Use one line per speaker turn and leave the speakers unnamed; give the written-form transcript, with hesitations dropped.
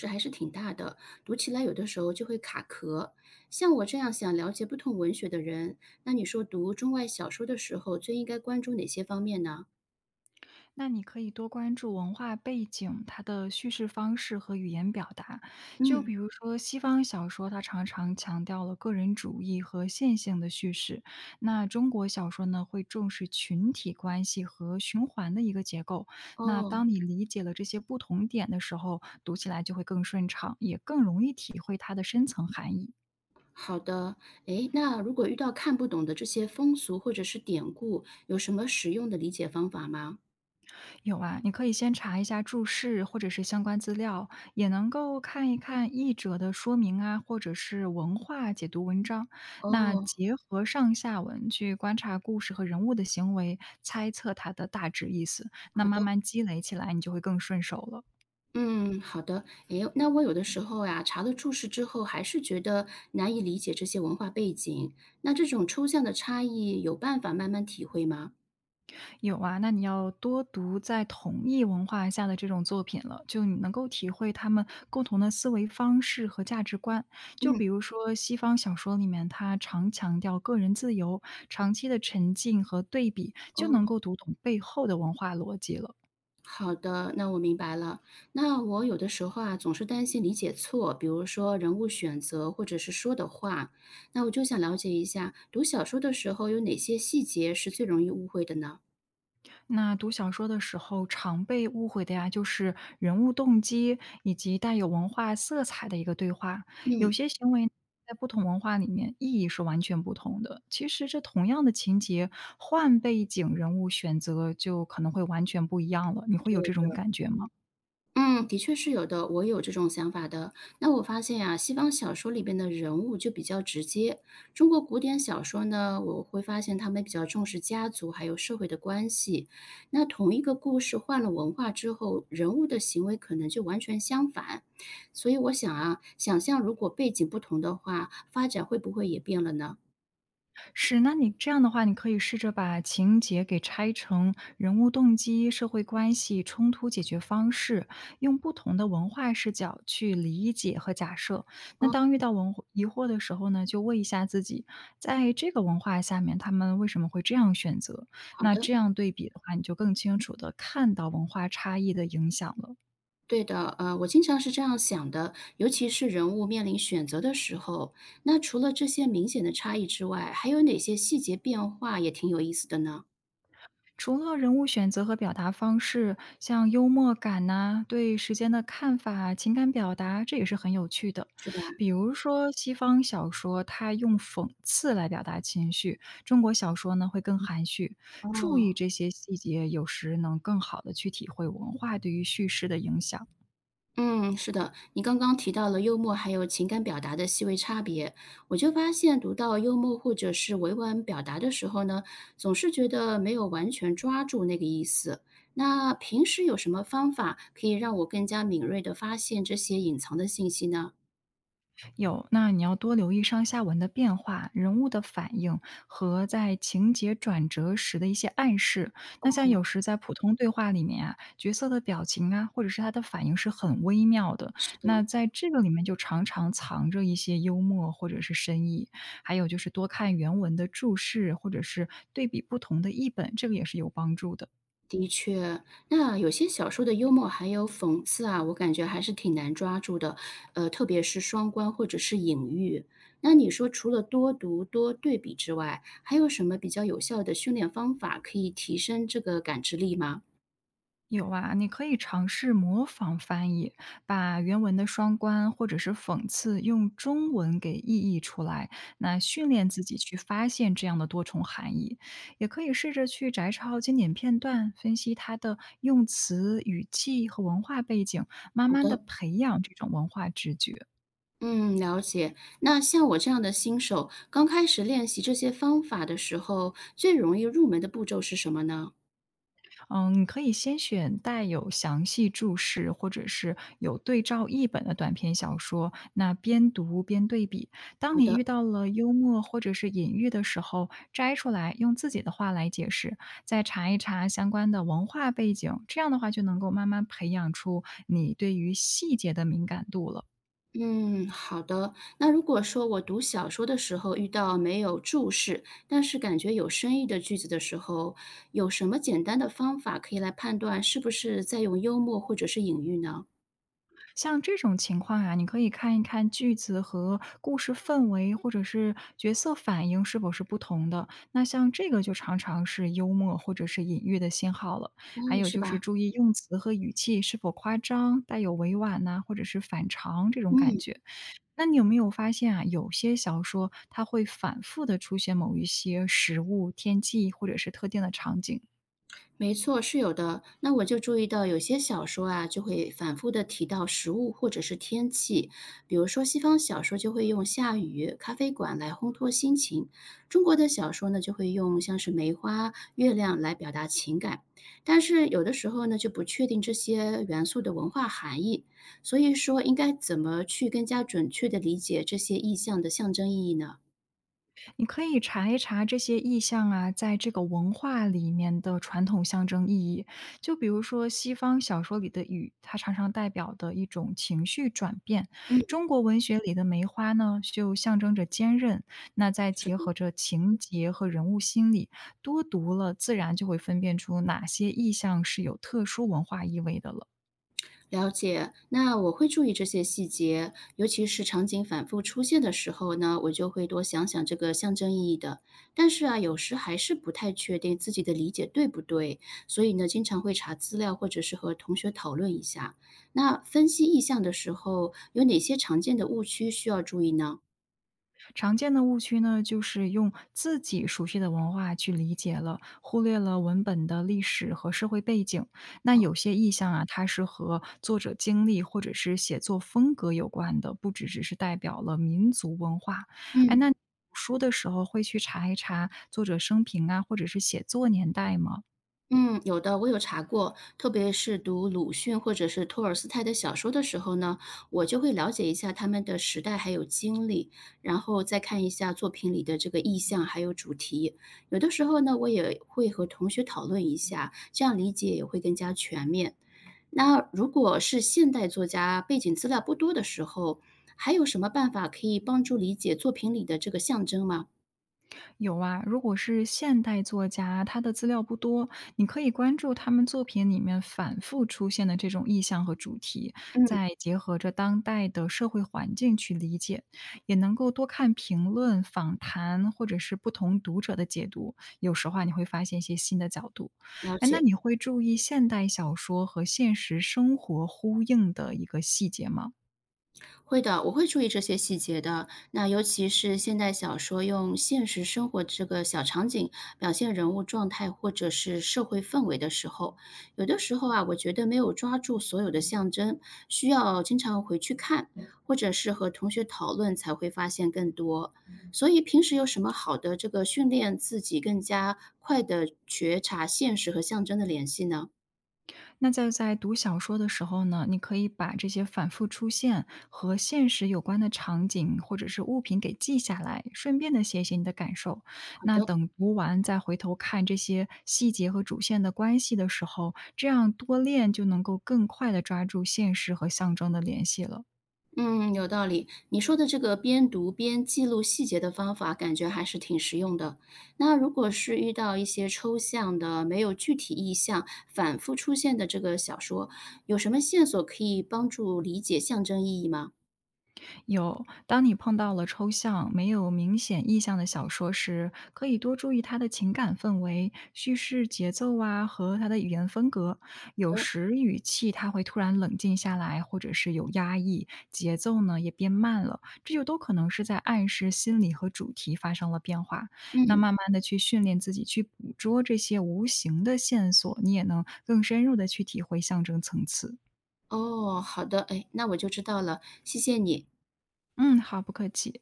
这还是挺大的，读起来有的时候就会卡壳。像我这样想了解不同文学的人，那你说读中外小说的时候，最应该关注哪些方面呢？
那你可以多关注文化背景，它的叙事方式和语言表达。就比
嗯。
如说西方小说，它常常强调了个人主义和线性的叙事；那中国小说呢，会重视群体关系和循环的一个结构。那当
哦，
你理解了这些不同点的时候，读起来就会更顺畅，也更容易体会它的深层含义。
好的。诶，那如果遇到看不懂的这些风俗或者是典故，有什么实用的理解方法吗？
有啊，你可以先查一下注释或者是相关资料，也能够看一看译者的说明啊，或者是文化解读文章。那
哦，
结合上下文去观察故事和人物的行为，猜测它的大致意思，那
好的，
慢慢积累起来，你就会更顺手了。
嗯，好的。诶，那我有的时候呀，查了注释之后，还是觉得难以理解这些文化背景。那这种抽象的差异，有办法慢慢体会吗？
有啊，那你要多读在同一文化下的这种作品了，就你能够体会他们共同的思维方式和价值观。就
嗯。
比如说西方小说里面，它常强调个人自由，长期的沉浸和对比，就
哦，
能够读懂背后的文化逻辑了。
好的，那我明白了。那我有的时候啊，总是担心理解错，比如说人物选择或者是说的话，那我就想了解一下，读小说的时候有哪些细节是最容易误会的呢？
那读小说的时候常被误会的呀，就是人物动机以及带有文化色彩的一个对话。有
嗯，
些行为在不同文化里面意义是完全不同的。其实这同样的情节，换背景人物选择就可能会完全不一样了。你会有这种
对。
感觉吗？
嗯，的确是有的，我有这种想法的。那我发现呀、西方小说里边的人物就比较直接，中国古典小说呢，我会发现他们比较重视家族还有社会的关系。那同一个故事换了文化之后，人物的行为可能就完全相反。所以我想啊，想象如果背景不同的话，发展会不会也变了呢？
是，那你这样的话，你可以试着把情节给拆成人物动机、社会关系、冲突解决方式，用不同的文化视角去理解和假设。那
哦，
当遇到文疑惑的时候呢，就问一下自己，在这个文化下面，他们为什么会这样选择？
好
那
的。
这样对比的话，你就更清楚的看到文化差异的影响了。
对的，我经常是这样想的，尤其是人物面临选择的时候。那除了这些明显的差异之外，还有哪些细节变化也挺有意思的呢？
除了人物选择和表达方式，像幽默感呐、对时间的看法、情感表达，这也是很有趣的。
是吧？
比如说，西方小说它用讽刺来表达情绪，中国小说呢会更含蓄。注
哦，
意这些细节，有时能更好的去体会文化对于叙事的影响。
嗯，是的，你刚刚提到了幽默还有情感表达的细微差别，我就发现读到幽默或者是委婉表达的时候呢，总是觉得没有完全抓住那个意思。那平时有什么方法可以让我更加敏锐地发现这些隐藏的信息呢？
有，那你要多留意上下文的变化、人物的反应和在情节转折时的一些暗示。那像有时在普通对话里面啊，角色的表情啊，或者是他的反应是很微妙的。
是的。
那在这个里面就常常藏着一些幽默或者是深意。还有就是多看原文的注释，或者是对比不同的译本，这个也是有帮助的。
的确，那有些小说的幽默还有讽刺啊，我感觉还是挺难抓住的，特别是双关或者是隐喻。那你说除了多读、多对比之外，还有什么比较有效的训练方法可以提升这个感知力吗？
有啊，你可以尝试模仿翻译，把原文的双关或者是讽刺用中文给意译出来，那训练自己去发现这样的多重含义。也可以试着去摘抄经典片段，分析它的用词、语气和文化背景，慢
好
慢的
的，
培养这种文化直觉。
嗯，了解。那像我这样的新手，刚开始练习这些方法的时候，最容易入门的步骤是什么呢？
嗯，你可以先选带有详细注释或者是有对照译本的短篇小说，那边读边对比。当
好
你遇
的。
到了幽默或者是隐喻的时候，摘出来用自己的话来解释，再查一查相关的文化背景，这样的话就能够慢慢培养出你对于细节的敏感度了。
嗯，好的。那如果说我读小说的时候遇到没有注释，但是感觉有深意的句子的时候，有什么简单的方法可以来判断是不是在用幽默或者是隐喻呢？
像这种情况啊，你可以看一看句子和故事氛围，或者是角色反应是否是不同的。那像这个就常常是幽默或者是隐喻的信号了。还
哦，
有
是
就是
吧？
注意用词和语气是否夸张，带有委婉呐、或者是反常这种感
嗯。
觉。那你有没有发现啊，有些小说它会反复的出现某一些食物、天气或者是特定的场景？
没错，是有的。那我就注意到有些小说啊，就会反复的提到食物或者是天气，比如说西方小说就会用下雨、咖啡馆来烘托心情，中国的小说呢就会用像是梅花、月亮来表达情感。但是有的时候呢就不确定这些元素的文化含义，所以说应该怎么去更加准确的理解这些意象的象征意义呢？
你可以查一查这些意象啊，在这个文化里面的传统象征意义。就比如说西方小说里的雨，它常常代表的一种情绪转变；
嗯，
中国文学里的梅花呢，就象征着坚韧。那再
是的。
结合着情节和人物心理，多读了自然就会分辨出哪些意象是有特殊文化意味的了。
了解，那我会注意这些细节，尤其是场景反复出现的时候呢，我就会多想想这个象征意义的。但是啊，有时还是不太确定自己的理解对不对，所以呢，经常会查资料或者是和同学讨论一下。那分析意象的时候，有哪些常见的误区需要注意呢？
常见的误区呢，就是用自己熟悉的文化去理解了，忽略了文本的历史和社会背景。那有些意象啊，它是和作者经历或者是写作风格有关的，不只只是代表了民族文化。哎，那
嗯
你读书的时候会去查一查作者生平啊，或者是写作年代吗？
嗯，有的，我有查过，特别是读鲁迅或者是托尔斯泰的小说的时候呢，我就会了解一下他们的时代还有经历，然后再看一下作品里的这个意象还有主题。有的时候呢，我也会和同学讨论一下，这样理解也会更加全面。那如果是现代作家背景资料不多的时候，还有什么办法可以帮助理解作品里的这个象征吗？
有啊，如果是现代作家，他的资料不多，你可以关注他们作品里面反复出现的这种意象和主题，
嗯，
再结合着当代的社会环境去理解，也能够多看评论、访谈或者是不同读者的解读，有时候啊，你会发现一些新的角度。
了
哎，那
解。
你会注意现代小说和现实生活呼应的一个细节吗？
会的，我会注意这些细节的。那尤其是现代小说用现实生活这个小场景表现人物状态或者是社会氛围的时候，有的时候啊，我觉得没有抓住所有的象征，需要经常回去看，或者是和同学讨论才会发现更多。所以平时有什么好的这个训练自己更加快的觉察现实和象征的联系呢？
那在读小说的时候呢，你可以把这些反复出现和现实有关的场景或者是物品给记下来，顺便的写一写你的感受。
好
那
的。
等读完再回头看这些细节和主线的关系的时候，这样多练就能够更快的抓住现实和象征的联系了。
嗯，有道理。你说的这个边读边记录细节的方法，感觉还是挺实用的。那如果是遇到一些抽象的、没有具体意象、反复出现的这个小说，有什么线索可以帮助理解象征意义吗？
有，当你碰到了抽象、没有明显意象的小说时，可以多注意它的情感氛围、叙事节奏啊和它的语言风格。有时语气它会突然冷静下来，或者是有压抑，节奏呢也变慢了，这就都可能是在暗示心理和主题发生了变化。那
嗯，
慢慢的去训练自己去捕捉这些无形的线索，你也能更深入的去体会象征层次。
哦，好的，哎，那我就知道了，谢谢你。
嗯，好，不客气。